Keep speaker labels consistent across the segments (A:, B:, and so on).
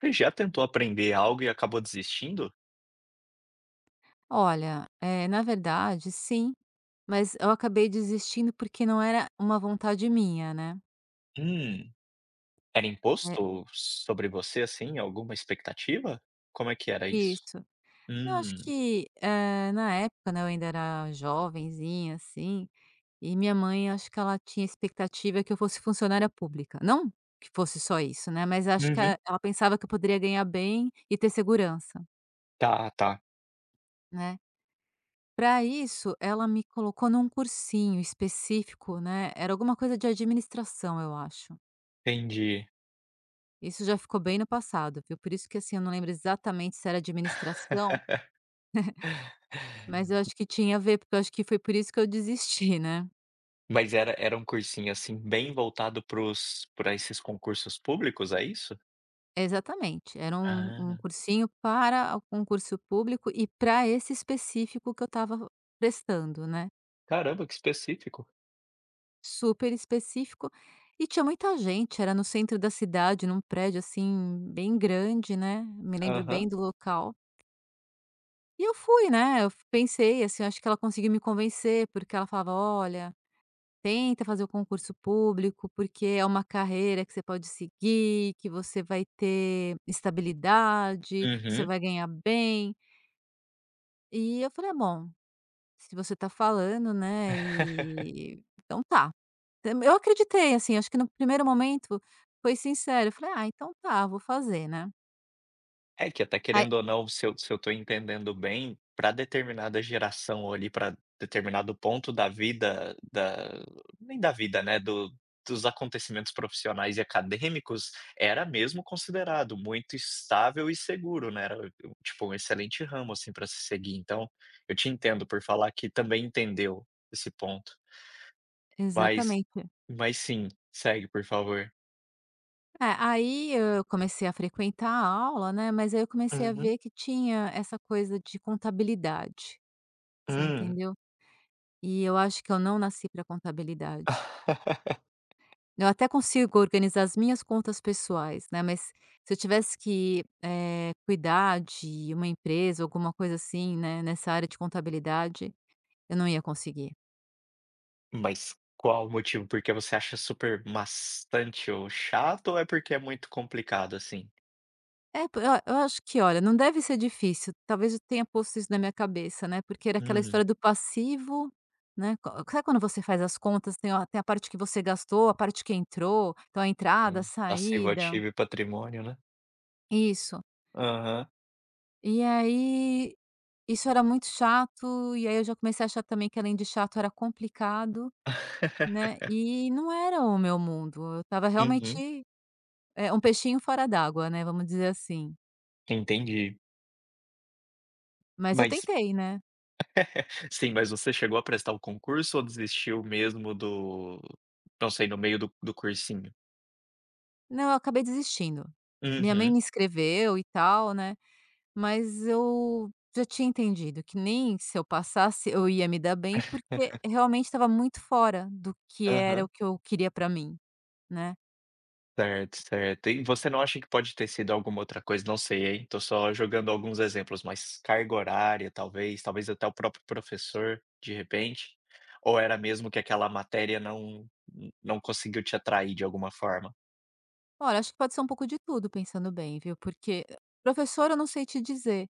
A: Você já tentou aprender algo e acabou desistindo?
B: Olha, na verdade, sim, mas eu acabei desistindo porque não era uma vontade minha, né.
A: Hum, era
B: É,
A: imposto sobre você, assim, alguma expectativa? Como é que era isso?
B: isso. Eu acho
A: Hum,
B: que, na época, né, eu ainda era jovenzinha, assim, e minha mãe acho que ela tinha expectativa que eu fosse funcionária pública. Não que fosse só isso, né, mas acho que
A: uhum.
B: e ela pensava que eu poderia ganhar bem e ter segurança,
A: Tá, tá,
B: né. Para isso, ela me colocou num cursinho específico, né, era alguma coisa de administração, eu acho.
A: entendi.
B: Isso já ficou bem no passado, viu. Por isso que, assim, eu não lembro exatamente se era administração, mas eu acho que tinha a ver, porque eu acho que foi por isso que eu desisti, né.
A: Mas era um cursinho, assim, bem voltado pros os para esses concursos públicos, é isso?
B: Exatamente, era um
A: Ah,
B: cursinho para o concurso público e para esse específico que eu estava prestando, né.
A: caramba, que específico.
B: Super específico e tinha muita gente, era no centro da cidade, num prédio, assim, bem grande, né, me lembro bem
A: Aham.
B: do local. E eu fui, né, eu pensei, assim, acho que ela conseguiu me convencer, porque ela falava: "Olha, tenta fazer o concurso público, porque é uma carreira que você pode seguir, que você vai ter estabilidade, você
A: Uhum.
B: vai ganhar bem". E eu falei: "Ah, bom, se você tá falando, né, e então tá". Eu acreditei, assim, acho que no primeiro momento foi sincero, eu falei: "Ah, então tá, vou fazer, né".
A: É que até
B: Aí
A: querendo ou não, se eu estou entendendo bem, para determinada geração ou ali para determinado ponto da vida da nem da vida, né, do dos acontecimentos profissionais e acadêmicos, era mesmo considerado muito estável e seguro, né, era, um, tipo, um excelente ramo, assim, para se seguir. Então, eu te entendo por falar que também entendeu esse ponto. Mas
B: exatamente.
A: mas sim, segue, por favor.
B: É, aí eu comecei a frequentar a aula, né, mas aí eu comecei a
A: Uhum.
B: ver que tinha essa coisa de contabilidade, você
A: Hum.
B: entendeu? E eu acho que eu não nasci para contabilidade. Eu até consigo organizar as minhas contas pessoais, né, mas se eu tivesse que, cuidar de uma empresa, alguma coisa assim, né, nessa área de contabilidade, eu não ia conseguir.
A: Mas qual o motivo? Porque você acha super maçante ou chato ou é porque é muito complicado, assim?
B: É, po eu acho que, olha, não deve ser difícil, talvez eu tenha posto isso na minha cabeça, né, porque era aquela
A: Hum,
B: história do passivo, né, co sabe quando você faz as contas, tem a parte que você gastou, a parte que entrou, então a entrada, a
A: sim. Passivo,
B: saída.
A: ativo e patrimônio, né?
B: Isso.
A: Aham.
B: E aí, isso era muito chato, e aí eu já comecei a achar também que, além de chato, era complicado, né, e não era o meu mundo, eu estava
A: Uhum,
B: realmente, um peixinho fora d'água, né, vamos dizer assim.
A: entendi.
B: Mas eu
A: Mas
B: tentei, né.
A: sim, mas você chegou a prestar o concurso ou desistiu mesmo do não sei, no meio do cursinho?
B: Não, eu acabei desistindo. Minha mãe
A: Uhum.
B: me inscreveu e tal, né, mas eu já tinha entendido que nem se eu passasse eu ia me dar bem, porque realmente estava muito fora do que era o
A: Aham.
B: que eu queria pra mim, né.
A: Certo, certo. E você não acha que pode ter sido alguma outra coisa? Não sei, hein? Tô só jogando alguns exemplos, mas carga horária, talvez, talvez até o próprio professor, de repente? Ou era mesmo que aquela matéria não conseguiu te atrair de alguma forma?
B: Olha, acho que pode ser um pouco de tudo, pensando bem, viu, porque, professor eu não sei te dizer,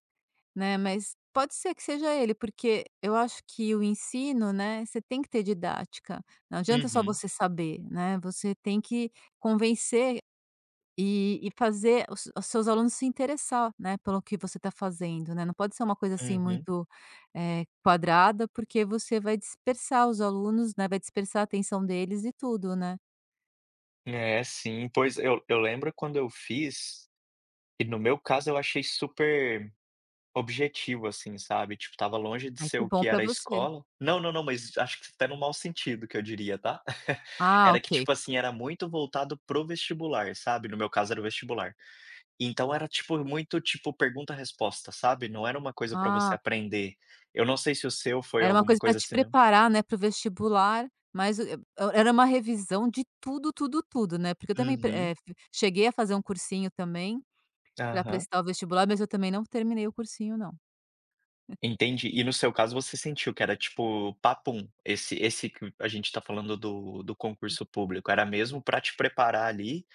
B: né, mas pode ser que seja ele, porque eu acho que o ensino, né, você tem que ter didática, não adianta só
A: Uhum,
B: você saber, né, você tem que convencer e fazer os seus alunos se interessar, né, pelo que você está fazendo, né, não pode ser uma coisa, assim,
A: uhum.
B: muito, quadrada, porque você vai dispersar os alunos, né, vai dispersar a atenção deles e tudo, né.
A: É, sim. Pois eu lembro quando eu fiz, e no meu caso eu achei super objetivo, assim, sabe? Tipo, tava longe de
B: Ai,
A: ser
B: que
A: o
B: bom
A: que
B: para
A: era a
B: você.
A: escola. Não, não, não, mas acho que até no mau sentido que eu diria, tá?
B: Ah,
A: Era que,
B: ok.
A: tipo assim, era muito voltado pro vestibular, sabe, no meu caso era o vestibular. Então era, tipo, muito, tipo, pergunta-resposta, sabe, não era uma coisa para você
B: Ah.
A: aprender. Eu não sei se o seu foi
B: Era uma
A: alguma
B: coisa para
A: coisa
B: te
A: assim mesmo.
B: preparar, né, para o vestibular, mas o, era uma revisão de tudo, tudo, tudo, né, porque eu também pre eh,
A: Uhum,
B: f cheguei a fazer um cursinho também, para
A: aham,
B: prestar o vestibular, mas eu também não terminei o cursinho, não.
A: entendi. E no seu caso você sentiu que era, tipo, papum, esse que a gente tá falando do concurso público, era mesmo para te preparar ali,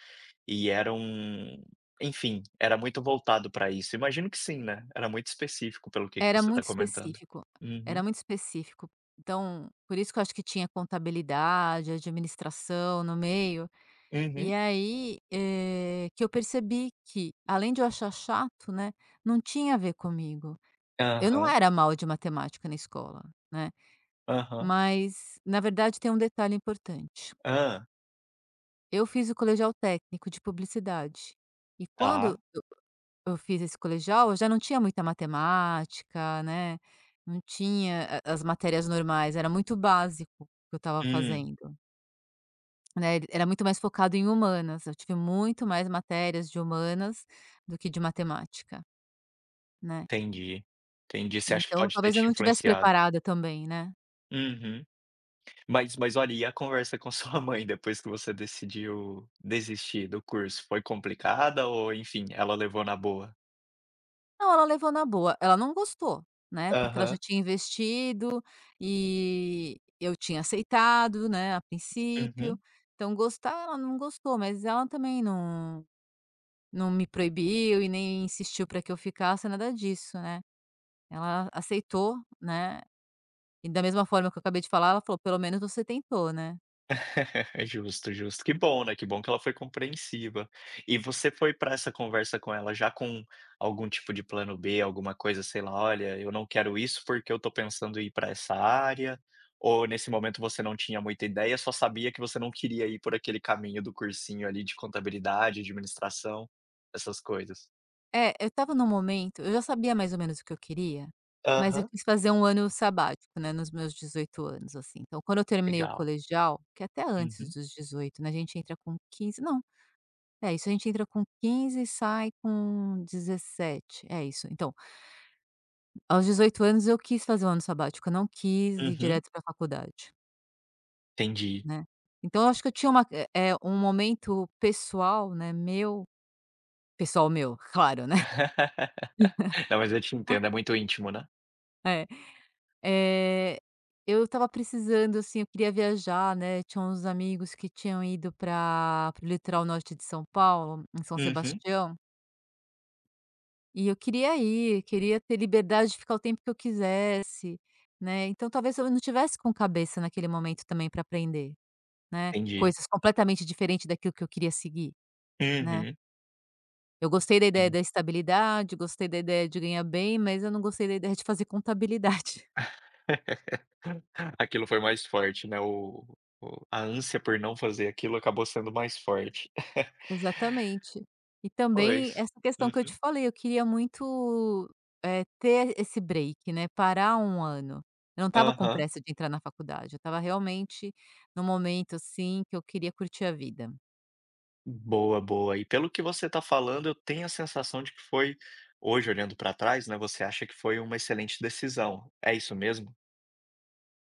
A: e era um enfim, era muito voltado para isso. Imagino que sim, né, era muito específico pelo que
B: Era
A: você tá
B: muito
A: comentando.
B: específico,
A: Uhum,
B: era muito específico. Então, por isso que eu acho que tinha contabilidade, administração no meio.
A: uhum.
B: E aí, que eu percebi que, além de eu achar chato, né, não tinha a ver comigo. Eu não
A: Aham,
B: era mal de matemática na escola, né,
A: aham.
B: mas na verdade tem um detalhe importante.
A: Hã,
B: Eu fiz o colegial técnico de publicidade, e quando
A: tá.
B: eu fiz esse colegial, eu já não tinha muita matemática, né, não tinha a as matérias normais, era muito básico o que eu estava
A: Hum,
B: fazendo. Né, ele era muito mais focado em humanas, eu tive muito mais matérias de humanas do que de matemática, né.
A: entendi, entendi. Você acha que
B: Então
A: pode ter
B: talvez eu
A: te
B: não tivesse
A: influenciado.
B: preparada também, né.
A: Uhum. Mas olha, e a conversa com sua mãe depois que você decidiu desistir do curso, foi complicada ou enfim, ela levou na boa?
B: Não, ela levou na boa, ela não gostou, né, porque ela já
A: Aham,
B: tinha investido e eu tinha aceitado, né, a princípio,
A: uhum.
B: então gostar ela não gostou, mas ela também não não me proibiu e nem insistiu para que eu ficasse, nada disso, né. Ela aceitou, né, e da mesma forma que eu acabei de falar, ela falou: "Pelo menos você tentou, né".
A: Justo, justo. Que bom, né, que bom que ela foi compreensiva. E você foi para essa conversa com ela já com algum tipo de plano B, alguma coisa, sei lá: "Olha, eu não quero isso porque eu tô pensando em ir para essa área", ou nesse momento você não tinha muita ideia, só sabia que você não queria ir por aquele caminho do cursinho ali de contabilidade, administração, essas coisas?
B: É, eu estava num momento, eu já sabia mais ou menos o que eu queria, mas eu
A: Aham,
B: quis fazer um ano sabático, né, nos meus 18 anos, assim. Então quando eu terminei o
A: legal.
B: colegial, que é até antes
A: Uhum,
B: dos 18, né, a gente entra com 15, não, é isso, a gente entra com 15 e sai com 17, é isso. Então, aos 18 anos eu quis fazer um ano sabático, eu não quis ir
A: uhum,
B: direto pra faculdade,
A: entendi.
B: né. Então eu acho que eu tinha um momento pessoal, né, meu, pessoal meu, claro, né.
A: Não, mas eu te entendo, é muito íntimo, né?
B: É. Eh, eu estava precisando, assim, eu queria viajar, né, tinha uns amigos que tinham ido para o litoral norte de São Paulo, em São
A: Uhum,
B: Sebastião, e eu queria ir, queria ter liberdade de ficar o tempo que eu quisesse, né, então talvez eu não tivesse com cabeça naquele momento também para aprender, né,
A: entendi.
B: coisas completamente diferentes daquilo que eu queria seguir, né.
A: Uhum,
B: Eu gostei da ideia da
A: en
B: estabilidade, gostei da ideia de ganhar bem, mas eu não gostei da ideia de fazer contabilidade.
A: Aquilo foi mais forte, né, o a ânsia por não fazer aquilo acabou sendo mais forte.
B: Exatamente. E também
A: Pois.
B: essa questão que eu te
A: Uhum.
B: falei, eu queria muito, ter esse break, né, parar um ano. Eu não estava com
A: Aham.
B: pressa de entrar na faculdade, eu estava realmente num momento, assim, que eu queria curtir a vida.
A: Boa, boa. E pelo que você está falando, eu tenho a sensação de que foi hoje olhando para trás, né, você acha que foi uma excelente decisão. É isso mesmo?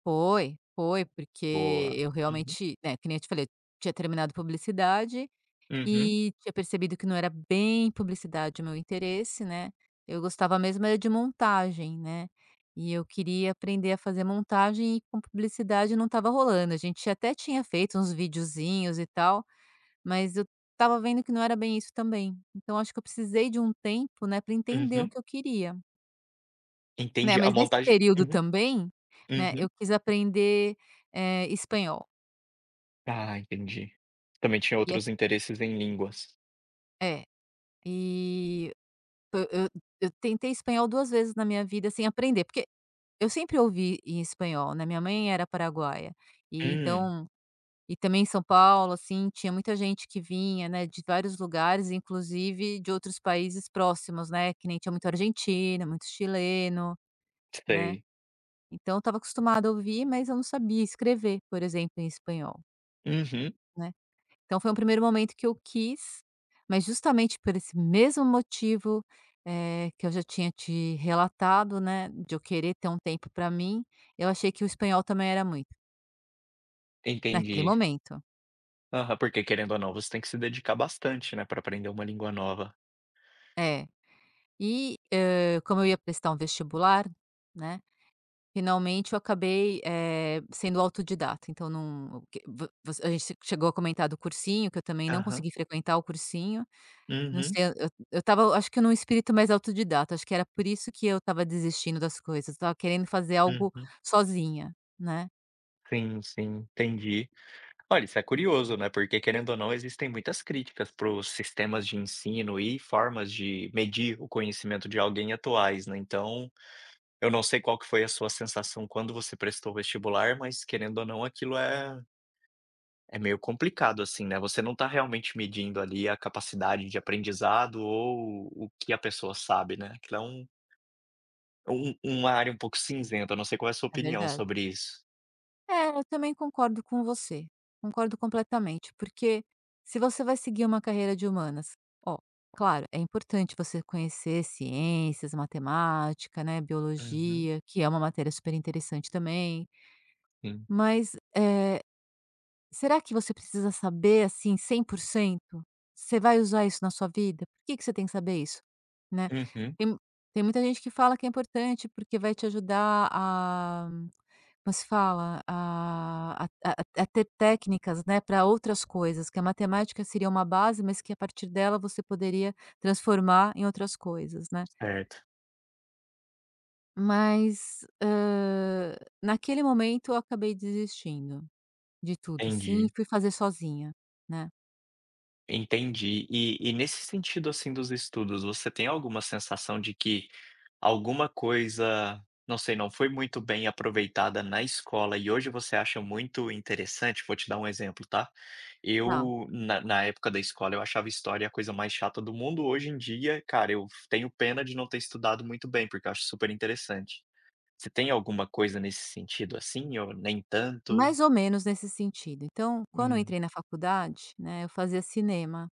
B: Foi, foi, porque
A: Boa.
B: eu
A: Uhum.
B: realmente, né, que nem eu te falei, eu tinha terminado publicidade
A: Uhum,
B: e tinha percebido que não era bem publicidade o meu interesse, né, eu gostava mesmo era de montagem, né, e eu queria aprender a fazer montagem e com publicidade não estava rolando. A gente até tinha feito uns videozinhos e tal, mas eu estava vendo que não era bem isso também. Então acho que eu precisei de um tempo, né, para entender o
A: uhum.
B: que eu queria, né.
A: Entendi, a
B: Mas nesse
A: montagem.
B: período
A: Uhum,
B: também, né,
A: uhum.
B: eu quis aprender, espanhol.
A: Ah, entendi. Também tinha
B: E eu
A: outros interesses em línguas.
B: é, e Eu eu eu tentei espanhol 2 vezes na minha vida sem aprender, porque eu sempre ouvi em espanhol, né, minha mãe era paraguaia, e
A: Hum,
B: então e também em São Paulo, assim, tinha muita gente que vinha, né, de vários lugares, inclusive de outros países próximos, né, que nem tinha muito argentino, muito chileno, né.
A: sei.
B: Então eu estava acostumada a ouvir, mas eu não sabia escrever, por exemplo, em espanhol,
A: Uhum,
B: né. Então foi um primeiro momento que eu quis, mas justamente por esse mesmo motivo, que eu já tinha te relatado, né, de eu querer ter um tempo para mim, eu achei que o espanhol também era muito, naquele
A: entendi.
B: momento.
A: Aham, porque querendo ou não, você tem que se dedicar bastante, né, para aprender uma língua nova.
B: É. E, como eu ia prestar um vestibular, né, finalmente eu acabei, sendo autodidata, então não o que vo você a gente chegou a comentar do cursinho, que eu também não
A: Aham.
B: consegui frequentar o cursinho. Não
A: Uhum,
B: sei, eu estava acho que num espírito mais autodidata, acho que era por isso que eu estava desistindo das coisas, eu estava querendo fazer algo
A: uhum.
B: sozinha, né,
A: Sim, sim, entendi. Olha, isso é curioso, né, porque querendo ou não, existem muitas críticas para os sistemas de ensino e formas de medir o conhecimento de alguém atuais, né, então, eu não sei qual que foi a sua sensação quando você prestou o vestibular, mas querendo ou não, aquilo é meio complicado, assim, né, você não está realmente medindo ali a capacidade de aprendizado ou o que a pessoa sabe, né, aquilo é um Um uma área um pouco cinzenta. Eu não sei qual é a sua
B: é
A: opinião
B: verdade.
A: sobre isso.
B: É, eu também concordo com você, concordo completamente, porque, se você vai seguir uma carreira de humanas, ó, claro, é importante você conhecer ciências, matemática, né,
A: Uhum,
B: biologia, que é uma matéria super interessante também,
A: sim.
B: mas, será que você precisa saber, assim, 100%? Você vai usar isso na sua vida? Por que que você tem que saber isso, né?
A: Uhum.
B: Tem tem muita gente que fala que é importante, porque vai te ajudar a, como se fala, a a ter técnicas, né, pra outras coisas, que a matemática seria uma base, mas que a partir dela você poderia transformar em outras coisas, né.
A: Certo,
B: Mas, naquele momento eu acabei desistindo de tudo, sim, e
A: entendi,
B: fui fazer sozinha, né.
A: entendi. E nesse sentido, assim, dos estudos, você tem alguma sensação de que alguma coisa, não sei, não foi muito bem aproveitada na escola e hoje você acha muito interessante? Vou te dar um exemplo, tá?
B: Tá.
A: Eu, na época da escola, eu achava história a coisa mais chata do mundo, hoje em dia, cara, eu tenho pena de não ter estudado muito bem, porque eu acho super interessante. Você tem alguma coisa nesse sentido, assim, ou nem tanto?
B: Mais ou menos nesse sentido. Então, quando eu
A: Hum.
B: entrei na faculdade, né, eu fazia cinema.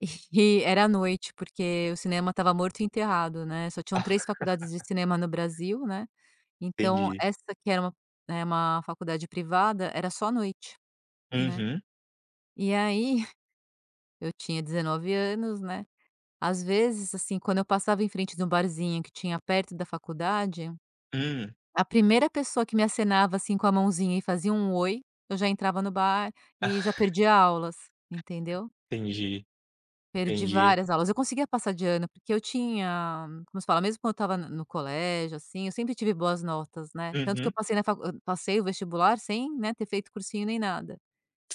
B: E era à noite, porque o cinema estava morto e enterrado, né, só tinham
A: Ah,
B: 3 faculdades de cinema no Brasil, né, então
A: entendi.
B: essa que era uma faculdade privada, era só à noite, né.
A: Uhum.
B: E aí, eu tinha 19 anos, né, às vezes, assim, quando eu passava em frente de um barzinho que tinha perto da faculdade,
A: Hum.
B: a primeira pessoa que me acenava, assim, com a mãozinha e fazia um "oi", eu já entrava no bar
A: Ah,
B: e já perdia aulas, entendeu?
A: entendi,
B: Perdi
A: entendi.
B: várias aulas. Eu conseguia passar de ano, porque eu tinha, como se fala, mesmo quando eu estava no colégio, assim, eu sempre tive boas notas, né, tanto que eu
A: Uhum.
B: passei na facu eu passei o vestibular sem, né, ter feito cursinho nem nada.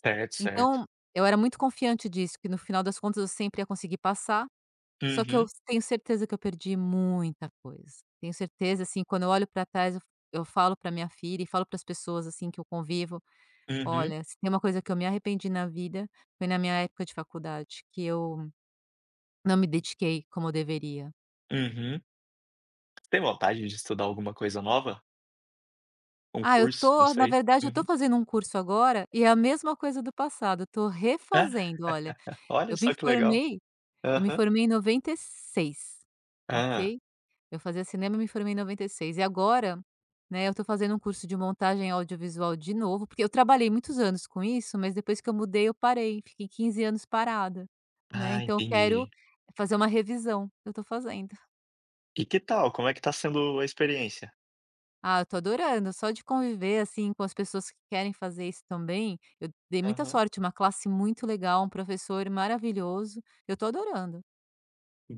A: Certo, certo.
B: Então, eu era muito confiante disso, que no final das contas eu sempre ia conseguir passar, só que eu
A: Uhum,
B: tenho certeza que eu perdi muita coisa. Tenho certeza, assim, quando eu olho para trás, eu falo para minha filha e falo para as pessoas, assim, que eu convivo:
A: uhum,
B: "Olha, se tem uma coisa que eu me arrependi na vida, foi na minha época de faculdade, que eu não me dediquei como eu deveria".
A: uhum. Tem vontade de estudar alguma coisa nova? Um
B: Ah, eu
A: curso? Não
B: tô, na
A: sei.
B: verdade, eu tô
A: Uhum.
B: fazendo um curso agora e é a mesma coisa do passado, eu tô
A: Ah,
B: refazendo. Olha,
A: olha
B: eu me
A: só que legal.
B: formei eu me
A: Aham.
B: formei em 96,
A: Hã.
B: ok? Eu fazia cinema, me formei em noventa e seis e agora, né, eu tô fazendo um curso de montagem audiovisual de novo, porque eu trabalhei muitos anos com isso, mas depois que eu mudei, eu parei. Fiquei 15 anos parada, né.
A: Ah,
B: Então eu quero
A: entendi.
B: fazer uma revisão. Eu tô fazendo.
A: E que tal? Como é que tá sendo a experiência?
B: Ah, eu tô adorando. Só de conviver, assim, com as pessoas que querem fazer isso também, eu dei muita
A: Aham.
B: sorte, uma classe muito legal, um professor maravilhoso. Eu tô adorando.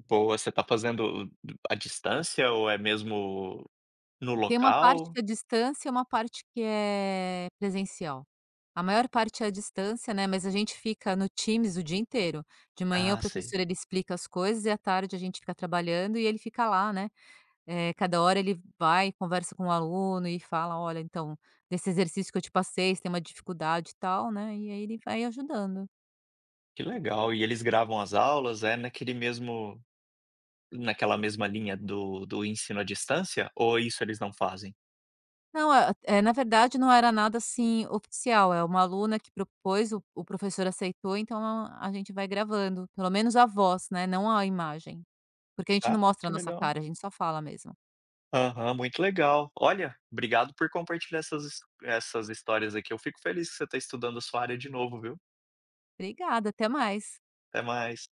A: Boa, você tá fazendo à distância ou é mesmo no
B: Tem uma parte
A: local?
B: que é distância e uma parte que é presencial. A maior parte é a distância, né, mas a gente fica no Teams o dia inteiro. De manhã o
A: Ah, sei.
B: professor ele explica as coisas e à tarde a gente fica trabalhando e ele fica lá, né. Cada hora ele vai, conversa com o aluno e fala: "Olha, então, desse exercício que eu te passei, você tem uma dificuldade e tal", né, e aí ele vai ajudando.
A: Que legal. E eles gravam as aulas, é naquele mesmo naquela mesma linha do ensino à distância, ou isso eles não fazem?
B: Não, na verdade, não era nada, assim, oficial, é uma aluna que propôs, o professor aceitou, então a gente vai gravando, pelo menos a voz, né, não a imagem, porque a gente não
A: Ah,
B: mostra a
A: que
B: nossa
A: legal.
B: cara, a gente só fala mesmo.
A: Aham, muito legal. Olha, obrigado por compartilhar essas histórias aqui. Eu fico feliz que você está estudando a sua área de novo, viu.
B: "Obrigada, até mais".
A: Até mais.